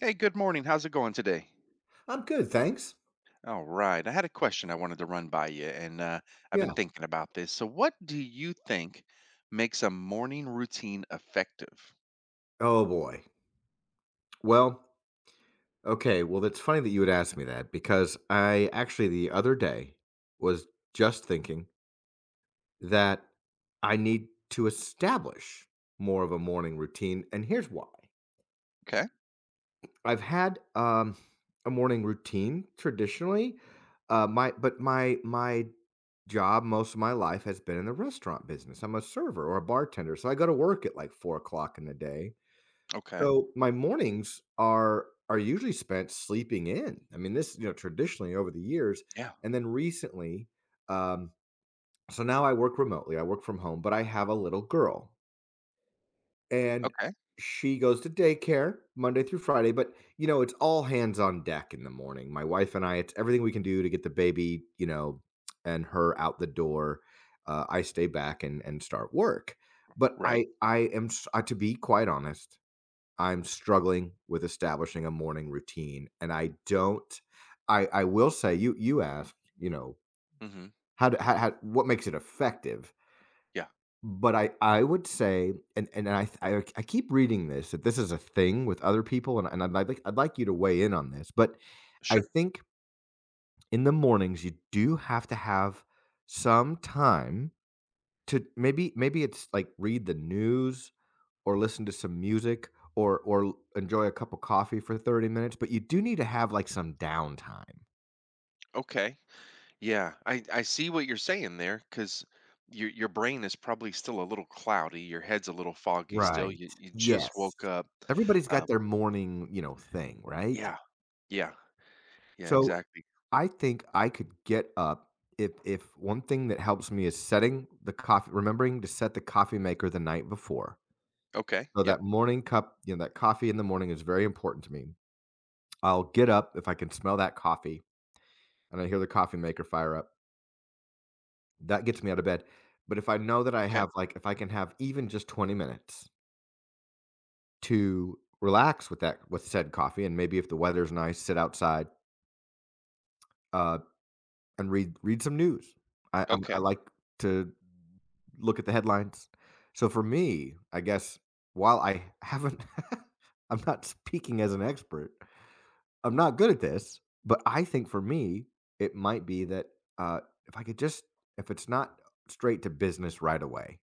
Hey, good morning. How's it going today? I'm good, thanks. All right. I had a question I wanted to run by you, and I've Yeah. been thinking about this. So, what do you think makes a morning routine effective? Oh boy. Well, okay. Well, it's funny that you would ask me that because I actually the other day was just thinking that I need to establish more of a morning routine, and here's why. Okay. I've had a morning routine traditionally. My job most of my life has been in the restaurant business. I'm a server or a bartender, so I go to work at like 4 o'clock in the day. Okay. So my mornings are usually spent sleeping in. I mean, this, traditionally over the years, Yeah. and then recently, um, so now I work remotely. I work from home, but I have a little girl, and Okay. she goes to daycare Monday through Friday. It's all hands on deck in the morning. My wife and I, it's everything we can do to get the baby, and her out the door. I stay back and start work. But Right. I am, to be quite honest, I'm struggling with establishing a morning routine, and I don't. I will say you asked, Mm-hmm. how what makes it effective? Yeah. But I would say, and I keep reading this, that this is a thing with other people, and I'd like you to weigh in on this, but I Sure. think in the mornings you do have to have some time to maybe, it's like, read the news or listen to some music or enjoy a cup of coffee for 30 minutes, but you do need to have, like, some downtime. Okay. Yeah. I see what you're saying there because your brain is probably still a little cloudy. Your head's a little foggy still. Right. You just Yes. woke up. Everybody's got Um, their morning, thing, right? yeah. Yeah. Yeah. So, Exactly. I think I could get up if one thing that helps me is setting the coffee, remembering to set the coffee maker the night before. Okay. So Yep. that morning cup, that coffee in the morning is very important to me. I'll get up if I can smell that coffee and I hear the coffee maker fire up. That gets me out of bed. But if I know that I Okay. have, like, if I can have even just 20 minutes to relax with that, with said coffee, and maybe if the weather's nice, sit outside, uh, and read some news. I Okay. like to look at the headlines. So for me, I guess, while I haven't I'm not speaking as an expert. I'm not good at this, but I think for me, it might be that, uh, if I could just if it's not straight to business right away,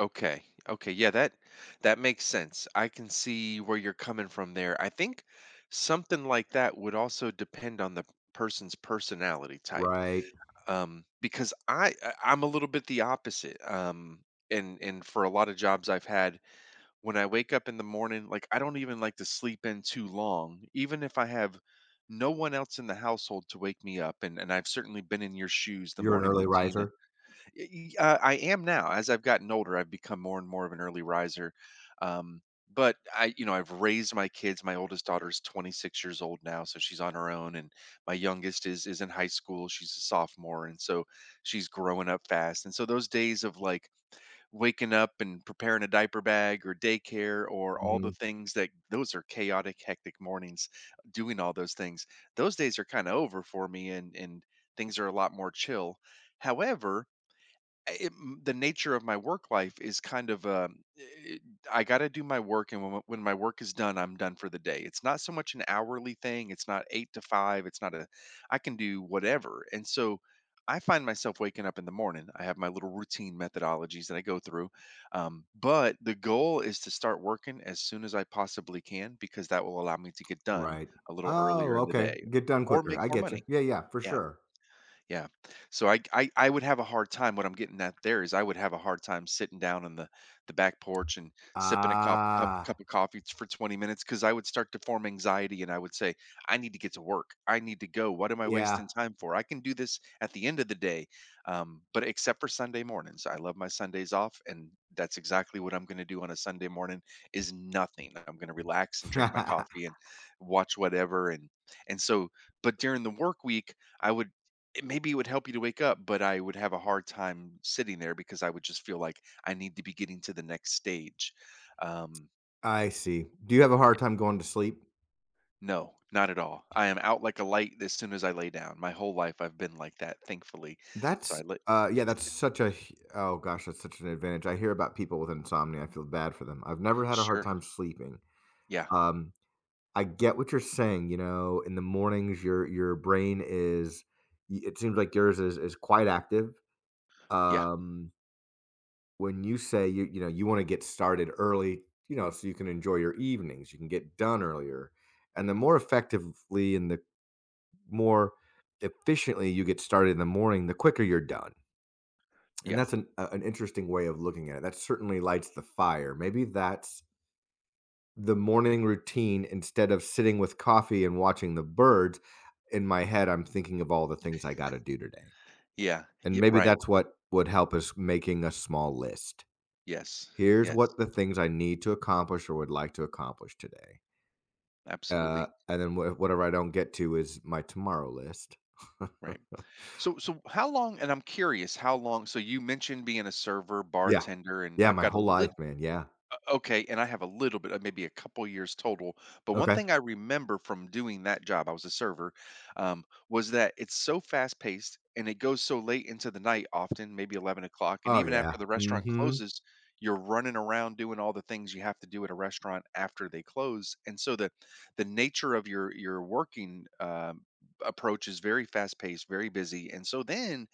Okay. Okay. Yeah, that that makes sense. I can see where you're coming from there. I think something like that would also depend on the person's personality type. right? Because I'm a little bit the opposite. And for a lot of jobs I've had, when I wake up in the morning, like I don't even like to sleep in too long, even if I have no one else in the household to wake me up. And I've certainly been in your shoes, the You're an morning early routine riser? Y y I am now. As I've gotten older, I've become more and more of an early riser, um, but I, you know, I've raised my kids. My oldest daughter's 26 years old now, so she's on her own, and my youngest is in high school. She's a sophomore, and so she's growing up fast. And so those days of, like, waking up and preparing a diaper bag or daycare or all the Mhm. things, that those are chaotic, hectic mornings, doing all those things. Those days are kinda over for me, and things are a lot more chill. However, the nature of my work life is kind of I got to do my work, and when my work is done, I'm done for the day. It's not so much an hourly thing. It's not eight to five. It's not a I can do whatever. And so I find myself waking up in the morning. I have my little routine methodologies that I go through, but the goal is to start working as soon as I possibly can because that will allow me to get done Right. a little Oh, earlier in the okay. day Get done or quicker. make I more get you. money. Yeah, yeah, for Yeah. sure. Yeah. So, I would have a hard time. What I'm getting at there is I would have a hard time sitting down on the back porch and sipping a cup cup Ah, cup of coffee for 20 minutes because I would start to form anxiety and I would say I need to get to work. I need to go. What am I yeah. wasting time for? I can do this at the end of the day. But except for Sunday mornings, I love my Sundays off, and that's exactly what I'm going to do on a Sunday morning is nothing. I'm going to relax and drink my coffee and watch whatever and so. But during the work week, I would maybe it would help you to wake up, but I would have a hard time sitting there because I would just feel like I need to be getting to the next stage. Um, I see. Do you have a hard time going to sleep? no, not at all. I am out like a light as soon as I lay down. My whole life I've been like that, thankfully. So That's I let yeah, that's such a h oh gosh, that's such an advantage. I hear about people with insomnia, I feel bad for them. I've never had a hard Sure. time sleeping. Yeah. Um, I get what you're saying, in the mornings, your brain is, y it seems like yours is quite active. Yeah. Um when you say you want to get started early, so you can enjoy your evenings, you can get done earlier, and the more effectively and the more efficiently you get started in the morning, the quicker you're done. And Yeah. that's an interesting way of looking at it. That certainly lights the fire. Maybe that's the morning routine, instead of sitting with coffee and watching the birds. In my head, I'm thinking of all the things I got to do today, Yeah. and Yeah. maybe Right. that's what would help us, making a small list. Yes. Here's Yes. what the things I need to accomplish or would like to accomplish today. Uh, Absolutely. and then whatever I don't get to is my tomorrow list. Right. So so how long, and I'm curious how long, so you mentioned being a server, Yeah. bartender, and Yeah, I've my got a whole life, little man, yeah. Okay, and I have a little bit, maybe a couple years total. But one Okay. thing I remember from doing that job, I was a server, was that it's so fast paced and it goes so late into the night, often maybe 11 o'clock. And Oh, even yeah. after the restaurant Mhm. closes, you're running around doing all the things you have to do at a restaurant after they close. And so the nature of your working approach is very fast paced, very busy. And so then,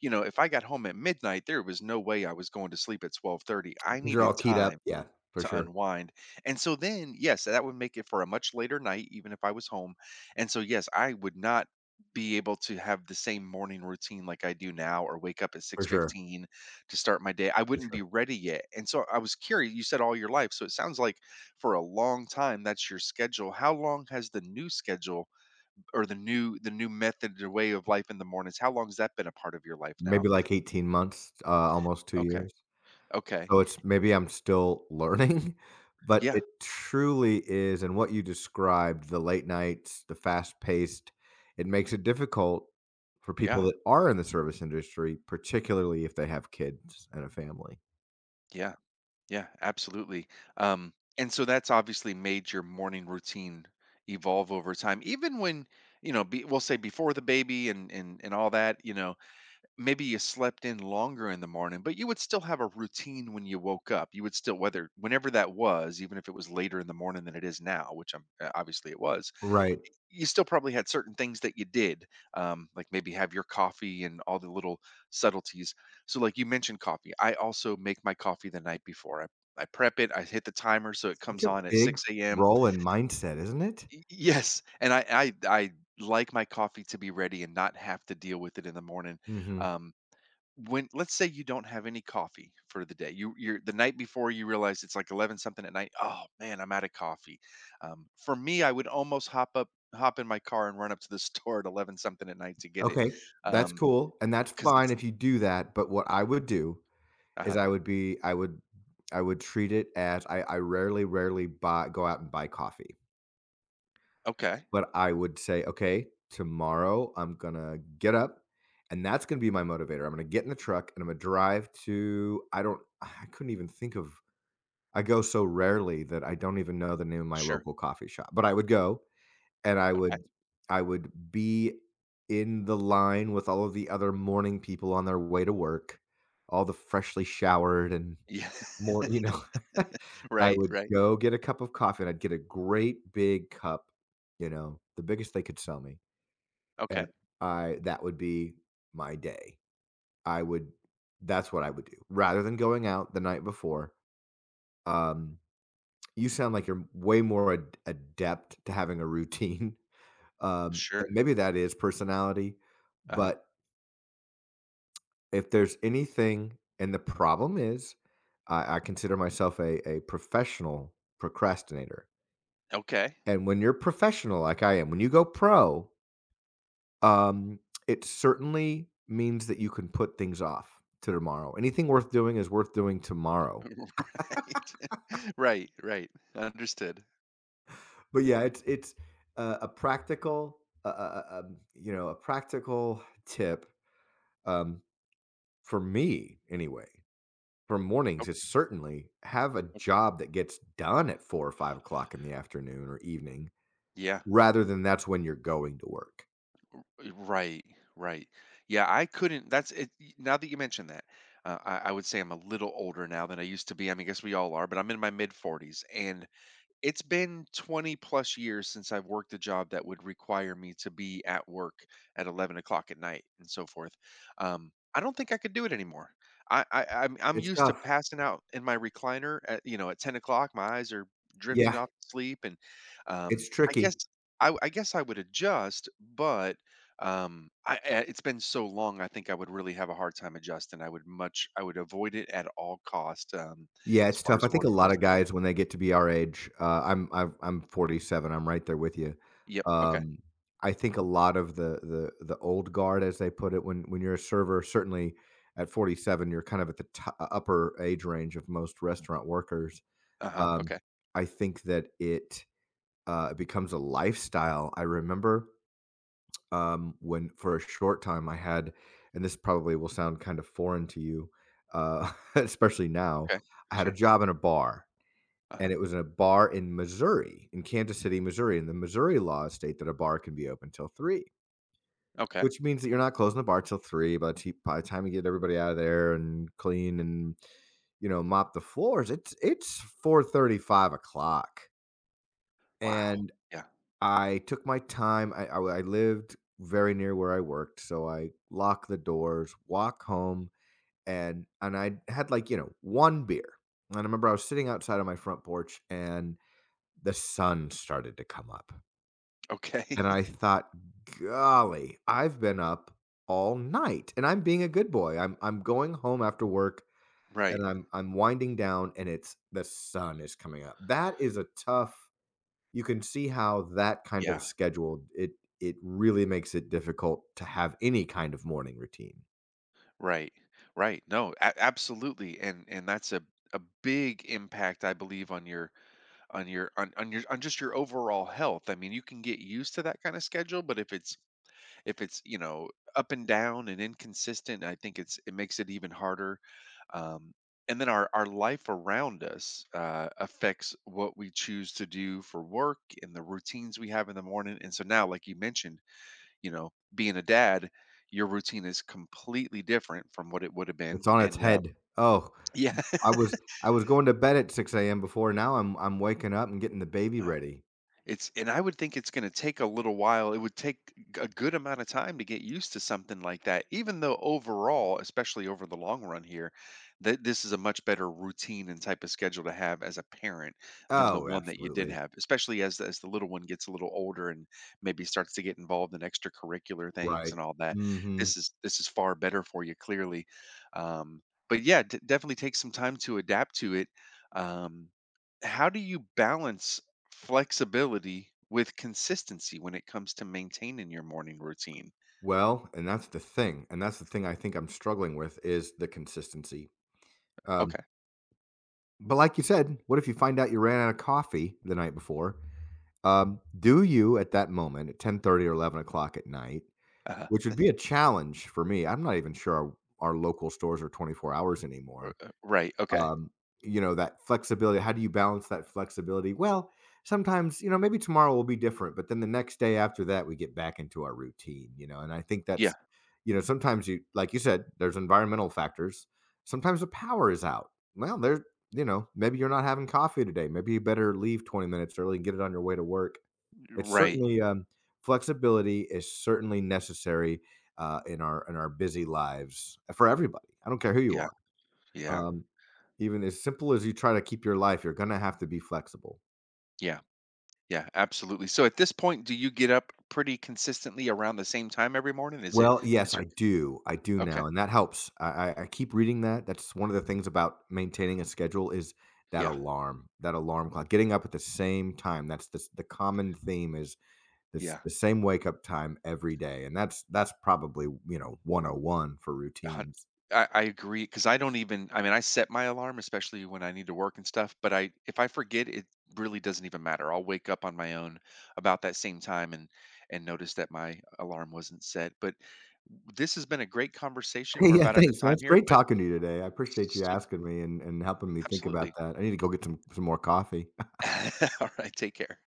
you know, if I got home at midnight there was no way I was going to sleep at 12:30. I These are needed all keyed up. time Yeah, for to sure, unwind. And so then, yes, that would make it for a much later night, even if I was home. And so, yes, I would not be able to have the same morning routine like I do now or wake up at for sure, 6:15 to start my day. I for wouldn't sure. be ready yet. And so I was curious, you said all your life, so it sounds like for a long time that's your schedule. How long has the new schedule or the new method or way of life in the mornings, how long has that been a part of your life now? Maybe like 18 months, almost 2 Okay. years. Okay. So it's, maybe I'm still learning, but Yeah. it truly is. And what you described, the late nights, the fast-paced, it makes it difficult for people Yeah. that are in the service industry, particularly if they have kids and a family. Yeah. Yeah, absolutely. And so that's obviously made your morning routine evolve over time. Even when, you know, we'll say before the baby and all that, you know, maybe you slept in longer in the morning, but you would still have a routine when you woke up. You would still, whether whenever that was, even if it was later in the morning than it is now, which I'm obviously it was Right. you still probably had certain things that you did, like maybe have your coffee and all the little subtleties. So, like you mentioned coffee, I also make my coffee the night before. I prep it, I hit the timer so it Such comes a on at big 6 a.m. role and mindset, isn't it? Yes, and I like my coffee to be ready and not have to deal with it in the morning. Mhm. Um, when let's say you don't have any coffee for the day, you're the night before, you realize it's like 11 something at night. Oh man, I'm out of coffee. Um, for me, I would almost hop in my car and run up to the store at 11 something at night to get it. Okay, that's Um, cool, and that's because fine it's if you do that, but what I would do is, uh-huh, I would treat it as, I rarely, rarely buy go out and buy coffee. okay, But I would say, "Okay, tomorrow I'm gonna get up, and that's gonna be my motivator. I'm gonna get in the truck and I'm gonna drive to." I don't I couldn't even think of. I go so rarely that I don't even know the name of my sure, local coffee shop, but I would go, and I okay, would I would be in the line with all of the other morning people on their way to work, all the freshly showered and yeah, more, I right, would right, go get a cup of coffee, and I'd get a great big cup, the biggest they could sell me, and okay, I that would be my day. I would That's what I would do, rather than going out the night before. Um, you sound like you're way more ad adept to having a routine, and sure, maybe that is personality, uh-huh, but if there's anything, and the problem is, I consider myself a professional procrastinator. okay, And when you're professional like I am, when you go pro, um, it certainly means that you can put things off to tomorrow. Anything worth doing is worth doing tomorrow. right, right, right, understood, But yeah, it's uh, a practical, a practical tip, um, for me anyway. For mornings, it's certainly, have a okay. job that gets done at 4 or 5 o'clock in the afternoon or evening, Yeah. rather than that's when you're going to work. Right, right. Yeah, I couldn't. That's it. Now that you mention that, I would say I'm a little older now than I used to be. I mean, I guess we all are, but I'm in my mid 40s, and it's been 20 plus years since I've worked a job that would require me to be at work at 11 o'clock at night and so forth. I don't think I could do it anymore. I'm It's used to tough. passing out in my recliner at, you know, at 10 o'clock. My eyes are drifting Yeah, off to sleep, and it's um, I tricky. guess I guess I would adjust, but it's been so long. I think I would really have a hard time adjusting. I would avoid it at all cost Yeah, as it's far tough. I as think a working lot those of late guys nights. when they get to be our age, I'm 47. I'm right there with you. Yep. Okay. Um, I think a lot of the old guard, as they put it, when you're a server, certainly at 47, you're kind of at the to upper age range of most restaurant workers. Uh-huh, Um, okay, I think that it, becomes a lifestyle. I remember, when for a short time I had, and this probably will sound kind of foreign to you, especially now. okay, I had a sure, job in a bar, and uh-huh, it was in a bar in Missouri, in Kansas City, Missouri, and the Missouri laws state that a bar can be open till 3, okay. which means that you're not closing the bar till 3. By the time you get everybody out of there and clean and, mop the floors, it's 4:35. Wow, And yeah, I took my time, I lived very near where I worked, so I locked the doors, walk home, and I had, like, 1 beer, and I remember I was sitting outside on my front porch, and the sun started to come up. okay, And I thought, golly, I've been up all night and I'm being a good boy. I'm going home after work, right, and I'm winding down, and it's the sun is coming up. That is a tough You can see how that kind of yeah, schedule, it really makes it difficult to have any kind of morning routine. right, right, no, a absolutely, and that's a big impact, I believe, on your on your on your on just your overall health. I mean, you can get used to that kinda schedule, but if it's if it's, you know, up and down and inconsistent, I think it's it makes it even harder. Um, and then our life around us affects what we choose to do for work and the routines we have in the morning, and so now, like you mentioned, you know, being a dad, your routine is completely different from what it would have been. It's on its And head. Oh, yeah. I was I was going to bed at 6 a.m. before, now I'm waking up and getting the baby ready. It's and I would think it's gonna take a little while. It would take g a good amount of time to get used to something like that, even though overall, especially over the long run here, that this is a much better routine and type of schedule to have as a parent than the Oh, one that you did absolutely. have, especially as the little one gets a little older and maybe starts to get involved in extracurricular things Right. and all that. Mhm. This is far better for you, clearly. Um, but yeah, d definitely take some time to adapt to it. Um, how do you balance flexibility with consistency when it comes to maintaining your morning routine? Well, and that's the thing, I think I'm struggling with is the consistency. Um, Okay. but like you said, what if you find out you ran out of coffee the night before? Do you, at that moment, at 10:30 or 11 o'clock at night, uh which would be a challenge for me, I'm not even sure our local stores are 24 hours anymore. Right, okay. Um, that flexibility, how do you balance that flexibility? Well, sometimes, maybe tomorrow will be different, but then the next day after that, we get back into our routine, and I think Yeah, that's, sometimes you, like you said, there's environmental factors. Sometimes the power is out. Well, there, maybe you're not having coffee today. Maybe you better leave 20 minutes early and get it on your way to work. It's right. certainly, um, flexibility is certainly necessary, in our busy lives, for everybody. I don't care who you Yeah, are. yeah, Um, even as simple as you try to keep your life, you're gonna have to be flexible. yeah, yeah, absolutely. So at this point, do you get up pretty consistently around the same time every morning? Is it Well, yes, is I there do. I do Okay, now, and that helps. I keep reading that. That's one of the things about maintaining a schedule is that yeah, alarm, that alarm clock, getting up at the same time. That's the common theme, is this yeah. the same wake up time every day, and that's probably, 101 for a hun routines. I agree, because I don't even I mean, I set my alarm, especially when I need to work and stuff, but I if I forget, it really doesn't even matter. I'll wake up on my own about that same time and notice that my alarm wasn't set, but this has been a great conversation. We're Yeah, about out of thanks, man. time It's here, great but talking to you today. I appreciate you su asking me and helping me think about absolutely. that. I need to go get some more coffee. Alright, take care.